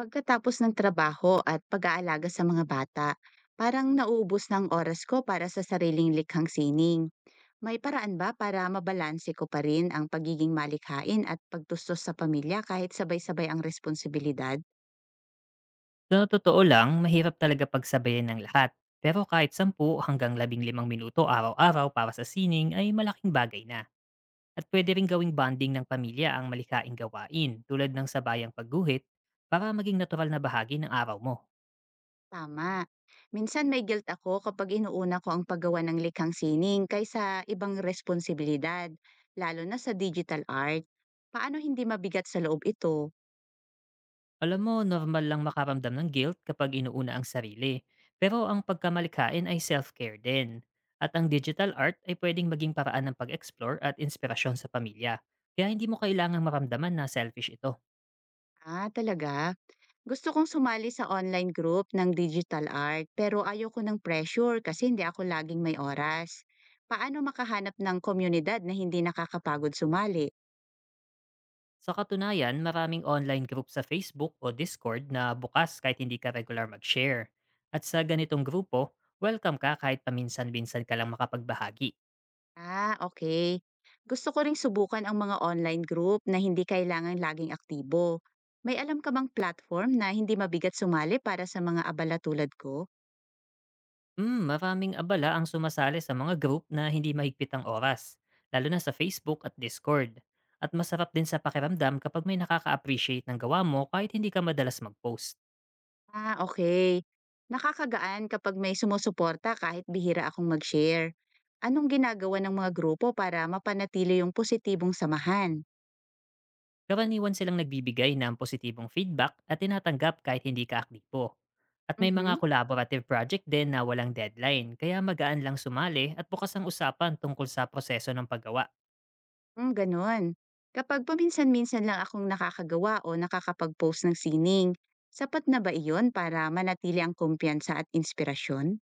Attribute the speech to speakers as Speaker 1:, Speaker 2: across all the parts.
Speaker 1: Pagkatapos ng trabaho at pag-aalaga sa mga bata, parang nauubos ng oras ko para sa sariling likhang sining. May paraan ba para mabalanse ko pa rin ang pagiging malikhain at pagtustos sa pamilya kahit sabay-sabay ang responsibilidad?
Speaker 2: Sa totoo lang, mahirap talaga pagsabayan ng lahat. Pero kahit 10 hanggang 15 minuto araw-araw para sa sining ay malaking bagay na. At pwede rin gawing bonding ng pamilya ang malikaing gawain tulad ng sabayang pagguhit para maging natural na bahagi ng araw mo.
Speaker 1: Tama. Minsan may guilt ako kapag inuuna ko ang paggawa ng likhang sining kaysa ibang responsibilidad, lalo na sa digital art. Paano hindi mabigat sa loob ito?
Speaker 2: Alam mo, normal lang makaramdam ng guilt kapag inuuna ang sarili. Pero ang pagkamalikain ay self-care din. At ang digital art ay pwedeng maging paraan ng pag-explore at inspirasyon sa pamilya. Kaya hindi mo kailangang maramdaman na selfish ito.
Speaker 1: Ah, talaga? Gusto kong sumali sa online group ng digital art pero ayoko ng pressure kasi hindi ako laging may oras. Paano makahanap ng komunidad na hindi nakakapagod sumali?
Speaker 2: Sa katunayan, maraming online group sa Facebook o Discord na bukas kahit hindi ka regular mag-share. At sa ganitong grupo, welcome ka kahit paminsan-minsan ka lang makapagbahagi.
Speaker 1: Ah, okay. Gusto ko ring subukan ang mga online group na hindi kailangan laging aktibo. May alam ka bang platform na hindi mabigat sumali para sa mga abala tulad ko?
Speaker 2: Maraming abala ang sumasali sa mga group na hindi mahigpit ang oras, lalo na sa Facebook at Discord. At masarap din sa pakiramdam kapag may nakaka-appreciate ng gawa mo kahit hindi ka madalas mag-post.
Speaker 1: Ah, okey. Nakakagaan kapag may sumusuporta kahit bihira akong mag-share. Anong ginagawa ng mga grupo para mapanatili yung positibong samahan?
Speaker 2: Karaniwan silang nagbibigay ng positibong feedback at tinatanggap kahit hindi ka aktibo. At may mga
Speaker 1: Mhm,
Speaker 2: collaborative project din na walang deadline, kaya magaan lang sumali at bukas ang usapan tungkol sa proseso ng paggawa.
Speaker 1: hmm, gano'n. Kapag paminsan-minsan lang akong nakakagawa o nakakapag-post ng sining, sapat na ba iyon para manatili ang kumpiyansa at inspirasyon?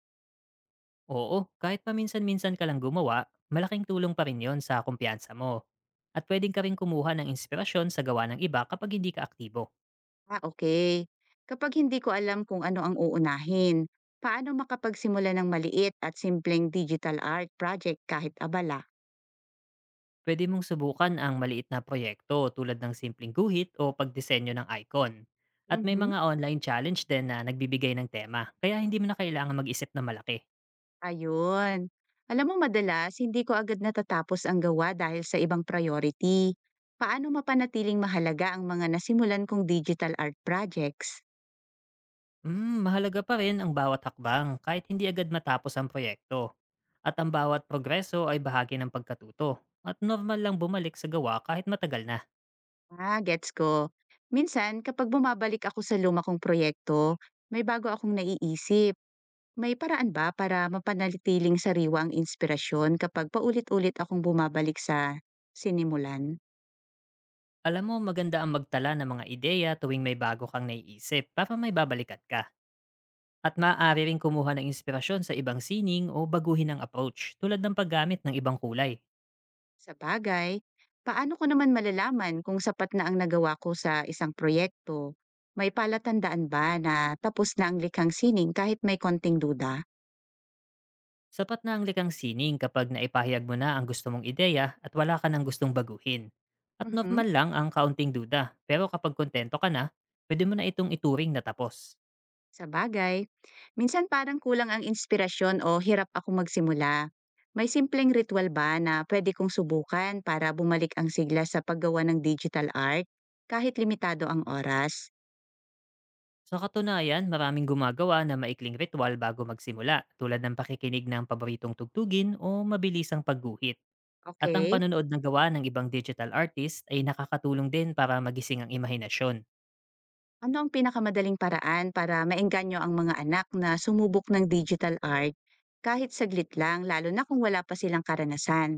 Speaker 2: Oo, kahit paminsan-minsan ka lang gumawa, malaking tulong pa rin yon sa kumpiyansa mo. At pwedeng ka rin kumuha ng inspirasyon sa gawa ng iba kapag hindi ka aktibo.
Speaker 1: Ah, okay. Kapag hindi ko alam kung ano ang uunahin, paano makapagsimula ng maliit at simpleng digital art project kahit abala?
Speaker 2: Pwede mong subukan ang maliit na proyekto tulad ng simpleng guhit o pagdisenyo ng icon. At may
Speaker 1: Mhm.
Speaker 2: mga online challenge din na nagbibigay ng tema, kaya hindi mo na kailangan mag-isip na malaki.
Speaker 1: Ayun. Alam mo madalas, hindi ko agad natatapos ang gawa dahil sa ibang priority. Paano mapanatiling mahalaga ang mga nasimulan kong digital art projects?
Speaker 2: Mahalaga pa rin ang bawat hakbang kahit hindi agad matapos ang proyekto. At ang bawat progreso ay bahagi ng pagkatuto. At normal lang bumalik sa gawa kahit matagal na.
Speaker 1: Ah, gets ko. Minsan, kapag bumabalik ako sa luma kong proyekto, may bago akong naiisip. May paraan ba para mapanatiling sariwa ang inspirasyon kapag paulit-ulit akong bumabalik sa sinimulan?
Speaker 2: Alam mo, maganda ang magtala ng mga ideya tuwing may bago kang naiisip para may babalikat ka. At maaari ring kumuha ng inspirasyon sa ibang sining o baguhin ang approach tulad ng paggamit ng ibang kulay.
Speaker 1: Sa bagay, paano ko naman malalaman kung sapat na ang nagawa ko sa isang proyekto? May palatandaan ba na tapos na ang likhang sining kahit may konting duda?
Speaker 2: Sapat na ang likang sining kapag naipahayag mo na ang gusto mong ideya at wala ka ng gustong baguhin. At
Speaker 1: Mhm.
Speaker 2: normal lang ang kaunting duda, pero kapag kontento ka na, pwede mo na itong ituring na tapos.
Speaker 1: Sa bagay, minsan parang kulang ang inspirasyon o hirap ako magsimula. May simpleng ritual ba na pwede kong subukan para bumalik ang sigla sa paggawa ng digital art kahit limitado ang oras?
Speaker 2: Sa katunayan, maraming gumagawa na maikling ritual bago magsimula tulad ng pakikinig ng paboritong tugtugin o mabilisang pagguhit. At ang
Speaker 1: Okay.
Speaker 2: panonood ng gawa ng ibang digital artist ay nakakatulong din para magising ang imahinasyon.
Speaker 1: Ano ang pinakamadaling paraan para maengganyo ang mga anak na sumubok ng digital art kahit saglit lang, lalo na kung wala pa silang karanasan?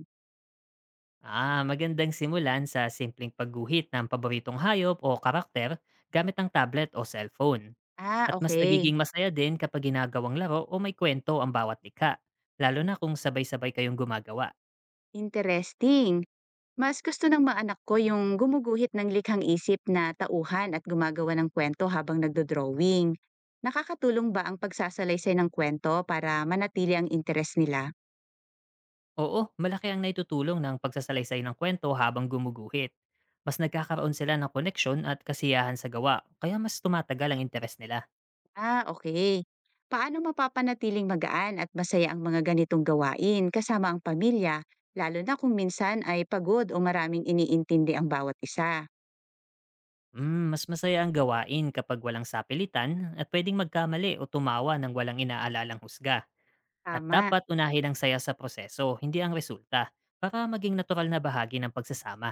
Speaker 2: Ah, magandang simulan sa simpleng pagguhit ng paboritong hayop o karakter gamit ang tablet o cellphone.
Speaker 1: Ah,
Speaker 2: At mas
Speaker 1: okay.
Speaker 2: nagiging masaya din kapag ginagawang laro o may kwento ang bawat likha, lalo na kung sabay-sabay kayong gumagawa.
Speaker 1: Interesting. Mas gusto ng mga anak ko yung gumuguhit ng likhang isip na tauhan at gumagawa ng kwento habang nagdo-drawing. Nakakatulong ba ang pagsasalaysay ng kwento para manatili ang interes nila?
Speaker 2: Oo, malaki ang naitutulong ng pagsasalaysay ng kwento habang gumuguhit. Mas nagkakaroon sila ng koneksyon at kasiyahan sa gawa, kaya mas tumatagal ang interes nila.
Speaker 1: Ah, okay. Paano mapapanatiling magaan at masaya ang mga ganitong gawain kasama ang pamilya, lalo na kung minsan ay pagod o maraming iniintindi ang bawat isa?
Speaker 2: Mas masaya ang gawain kapag walang sapilitan at pwedeng magkamali o tumawa ng walang inaalalang husga. At
Speaker 1: Tama.
Speaker 2: dapat unahin ang saya sa proseso, hindi ang resulta, para maging natural na bahagi ng pagsasama.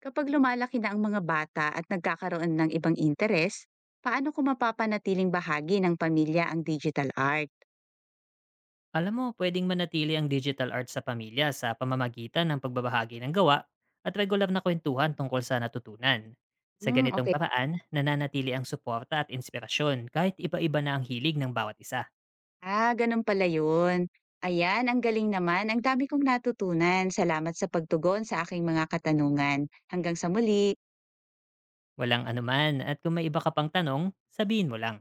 Speaker 1: Kapag lumalaki na ang mga bata at nagkakaroon ng ibang interes, paano ko mapapanatiling bahagi ng pamilya ang digital art?
Speaker 2: Alam mo, pwedeng manatili ang digital art sa pamilya sa pamamagitan ng pagbabahagi ng gawa at regular na kwentuhan tungkol sa natutunan. Sa
Speaker 1: Hmm,
Speaker 2: ganitong
Speaker 1: okay.
Speaker 2: paraan, nananatili ang suporta at inspirasyon kahit iba-iba na ang hilig ng bawat isa.
Speaker 1: Ah, ganun pala yun. Ayan, ang galing naman. Ang dami kong natutunan. Salamat sa pagtugon sa aking mga katanungan. Hanggang sa muli.
Speaker 2: Walang anuman at kung may iba ka pang tanong, sabihin mo lang.